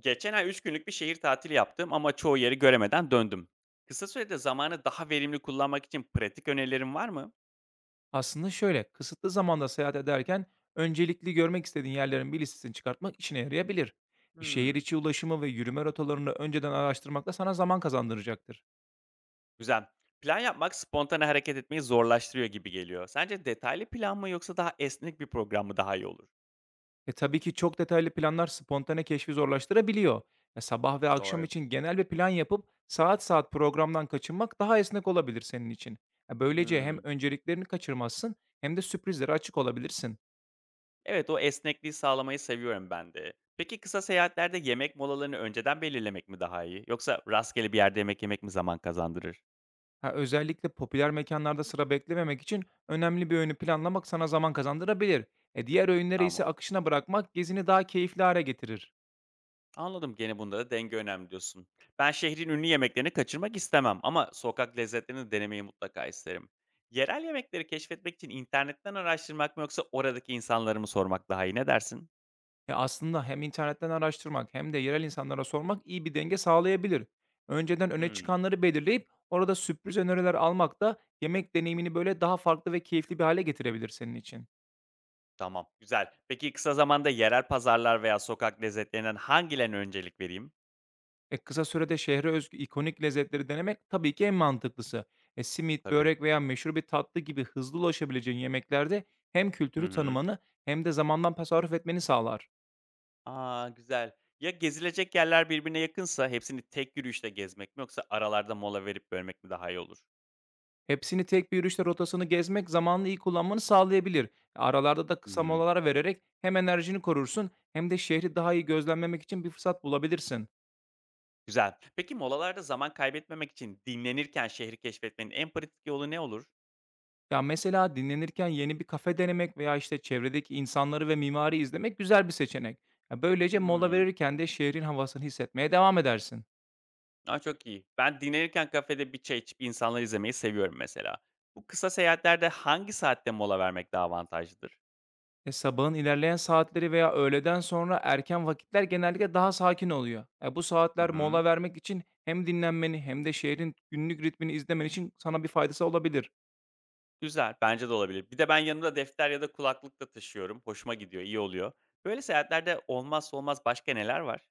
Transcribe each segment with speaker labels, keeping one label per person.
Speaker 1: Geçen ay 3 günlük bir şehir tatili yaptım ama çoğu yeri göremeden döndüm. Kısa sürede zamanı daha verimli kullanmak için pratik önerilerin var mı?
Speaker 2: Aslında şöyle, kısıtlı zamanda seyahat ederken öncelikli görmek istediğin yerlerin bir listesini çıkartmak işine yarayabilir. Şehir
Speaker 1: Hmm,
Speaker 2: içi ulaşımı ve yürüme rotalarını önceden araştırmak da sana zaman kazandıracaktır.
Speaker 1: güzel. Plan yapmak spontane hareket etmeyi zorlaştırıyor gibi geliyor. Sence detaylı plan mı yoksa daha esnek bir program mı daha iyi olur?
Speaker 2: Tabii ki çok detaylı planlar spontane keşfi zorlaştırabiliyor. Sabah ve akşam
Speaker 1: Doğru.
Speaker 2: için genel bir plan yapıp saat saat programdan kaçınmak daha esnek olabilir senin için. Böylece hem
Speaker 1: Hmm,
Speaker 2: önceliklerini kaçırmazsın hem de sürprizlere açık olabilirsin.
Speaker 1: evet o esnekliği sağlamayı seviyorum ben de. Peki kısa seyahatlerde yemek molalarını önceden belirlemek mi daha iyi? Yoksa rastgele bir yerde yemek yemek mi zaman kazandırır?
Speaker 2: Ha, özellikle popüler mekânlarda sıra beklememek için önemli bir öğünü planlamak sana zaman kazandırabilir. Diğer öğünleri
Speaker 1: Tamam.
Speaker 2: ise akışına bırakmak gezini daha keyifli hale getirir.
Speaker 1: Anladım. Gene bunda da denge önemli diyorsun. Ben şehrin ünlü yemeklerini kaçırmak istemem ama sokak lezzetlerini de denemeyi mutlaka isterim. Yerel yemekleri keşfetmek için internetten araştırmak mı yoksa oradaki insanları mı sormak daha iyi? Ne dersin?
Speaker 2: Aslında hem internetten araştırmak hem de yerel insanlara sormak iyi bir denge sağlayabilir. Önceden öne
Speaker 1: Hmm,
Speaker 2: çıkanları belirleyip orada sürpriz öneriler almak da yemek deneyimini böyle daha farklı ve keyifli bir hale getirebilir senin için.
Speaker 1: tamam. Güzel. Peki kısa zamanda yerel pazarlar veya sokak lezzetlerinden hangilerine öncelik vereyim?
Speaker 2: Kısa sürede şehre özgü ikonik lezzetleri denemek tabii ki en mantıklısı. Simit,
Speaker 1: Tabii.
Speaker 2: börek veya meşhur bir tatlı gibi hızlı ulaşabileceğin yemeklerde hem
Speaker 1: Hı
Speaker 2: kültürü
Speaker 1: hı.
Speaker 2: tanımanı hem de zamandan tasarruf etmeni sağlar.
Speaker 1: Aa, güzel. Ya gezilecek yerler birbirine yakınsa hepsini tek yürüyüşte gezmek mi yoksa aralarda mola verip bölmek mi daha iyi olur?
Speaker 2: Hepsini tek bir yürüyüşte rotasını gezmek zamanını iyi kullanmanı sağlayabilir. Aralarda da
Speaker 1: Hı
Speaker 2: kısa
Speaker 1: hı.
Speaker 2: molalar vererek hem enerjini korursun hem de şehri daha iyi gözlemlemek için bir fırsat bulabilirsin.
Speaker 1: Güzel. Peki molalarda zaman kaybetmemek için dinlenirken şehri keşfetmenin en pratik yolu ne olur?
Speaker 2: Ya, mesela dinlenirken yeni bir kafe denemek veya, işte, çevredeki insanları ve mimari izlemek güzel bir seçenek. Ya, böylece mola
Speaker 1: Hımm.
Speaker 2: verirken de şehrin havasını hissetmeye devam edersin.
Speaker 1: A, çok iyi. Ben dinlenirken kafede bir çay içip insanları izlemeyi seviyorum mesela. Bu kısa seyahatlerde hangi saatte mola vermek daha avantajlıdır?
Speaker 2: Sabahın ilerleyen saatleri veya öğleden sonra erken vakitler genellikle daha sakin oluyor. Bu
Speaker 1: Hı
Speaker 2: saatler
Speaker 1: hı.
Speaker 2: mola vermek için hem dinlenmeni hem de şehrin günlük ritmini izlemen için sana bir faydası olabilir.
Speaker 1: Güzel, bence de olabilir. Bir de ben yanımda defter ya da kulaklık da taşıyorum. Hoşuma gidiyor, iyi oluyor. Böyle seyahatlerde olmazsa olmaz başka neler var?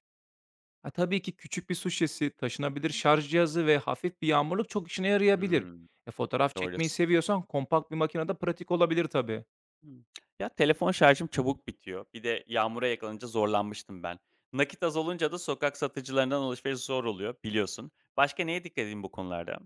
Speaker 2: Ha, tabii ki küçük bir su şişesi, taşınabilir şarj cihazı ve hafif bir yağmurluk çok işine yarayabilir.
Speaker 1: Hımm.
Speaker 2: Fotoğraf
Speaker 1: Doğru.
Speaker 2: çekmeyi seviyorsan kompakt bir makine de pratik olabilir tabii.
Speaker 1: Hımm. Ya, telefon şarjım çabuk bitiyor. Bir de yağmura yakalanınca zorlanmıştım ben. Nakit az olunca da sokak satıcılarından alışveriş zor oluyor, biliyorsun. Başka neye dikkat edeyim bu konularda?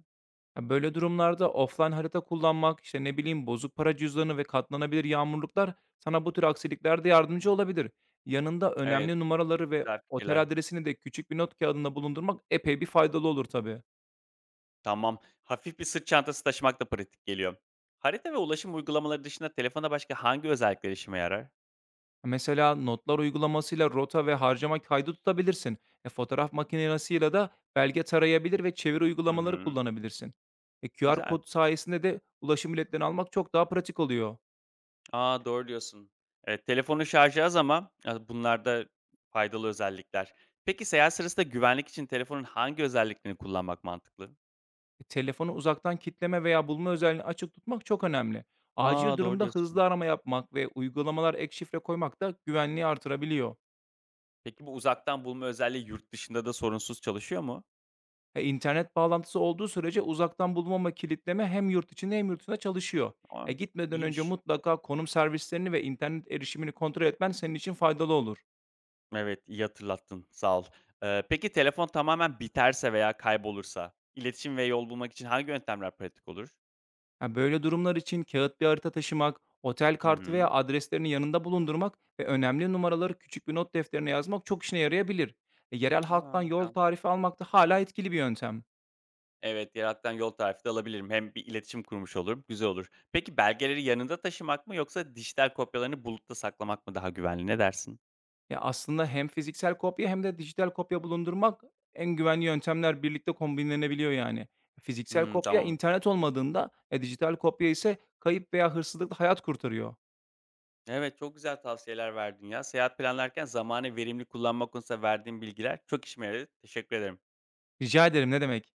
Speaker 2: Ya, böyle durumlarda offline harita kullanmak, işte, ne bileyim, bozuk para cüzdanı ve katlanabilir yağmurluklar sana bu tür aksiliklerde yardımcı
Speaker 1: Hımm.
Speaker 2: olabilir. Yanında
Speaker 1: Evet,
Speaker 2: önemli numaraları ve
Speaker 1: güzel
Speaker 2: otel
Speaker 1: fikirler.
Speaker 2: adresini de küçük bir not kağıdında bulundurmak epey bir faydalı olur tabii.
Speaker 1: Tamam. Hafif bir sırt çantası taşımak da pratik geliyor. Harita ve ulaşım uygulamaları dışında telefonda başka hangi özellikler işime yarar?
Speaker 2: Mesela notlar uygulamasıyla rota ve harcama kaydı tutabilirsin. Fotoğraf makinesiyle de belge tarayabilir ve çeviri
Speaker 1: Hı
Speaker 2: uygulamaları
Speaker 1: hı.
Speaker 2: kullanabilirsin. QR
Speaker 1: Güzel.
Speaker 2: kod sayesinde de ulaşım biletlerini almak çok daha pratik oluyor.
Speaker 1: A, doğru diyorsun. Evet, telefonun şarjı az ama, bunlar da faydalı özellikler. Peki seyahat sırasında güvenlik için telefonun hangi özelliklerini kullanmak mantıklı?
Speaker 2: Telefonu uzaktan kitleme veya bulma özelliğini açık tutmak çok önemli.
Speaker 1: A!
Speaker 2: Acil
Speaker 1: Doğru
Speaker 2: durumda hızlı
Speaker 1: diyorsun.
Speaker 2: arama yapmak ve uygulamalar ek şifre koymak da güvenliği artırabiliyor.
Speaker 1: Peki bu uzaktan bulma özelliği yurt dışında da sorunsuz çalışıyor mu?
Speaker 2: İnternet bağlantısı olduğu sürece uzaktan bulma ve kilitleme hem yurt içinde hem yurt dışında çalışıyor.
Speaker 1: A!
Speaker 2: Gitmeden önce
Speaker 1: İyiymiş.
Speaker 2: mutlaka konum servislerini ve internet erişimini kontrol etmen senin için faydalı olur.
Speaker 1: Evet, iyi hatırlattın. Sağ ol. Peki telefon tamamen biterse veya kaybolursa iletişim ve yol bulmak için hangi yöntemler pratik olur?
Speaker 2: Ya, böyle durumlar için kağıt bir harita taşımak, otel
Speaker 1: Hı
Speaker 2: kartı veya
Speaker 1: hı.
Speaker 2: adreslerini yanında bulundurmak ve önemli numaraları küçük bir not defterine yazmak çok işine yarayabilir. Yerel
Speaker 1: A!
Speaker 2: halktan yol
Speaker 1: Güzel.
Speaker 2: tarifi almak da hala etkili bir yöntem.
Speaker 1: Evet, yer alttan yol tarifi de alabilirim. Hem bir iletişim kurmuş olurum, güzel olur. Peki belgeleri yanında taşımak mı yoksa dijital kopyalarını bulutta saklamak mı daha güvenli? Ne dersin?
Speaker 2: Ya, aslında hem fiziksel kopya hem de dijital kopya bulundurmak en güvenli yöntemler birlikte kombinlenebiliyor yani. Fiziksel
Speaker 1: Hımm,
Speaker 2: kopya
Speaker 1: tamam.
Speaker 2: internet olmadığında, dijital kopya ise kayıp veya hırsızlıkla hayat kurtarıyor.
Speaker 1: Evet, çok güzel tavsiyeler verdin ya. Seyahat planlarken zamanı verimli kullanma konusunda verdiğin bilgiler çok işime yaradı. Teşekkür ederim.
Speaker 2: Rica ederim, ne demek.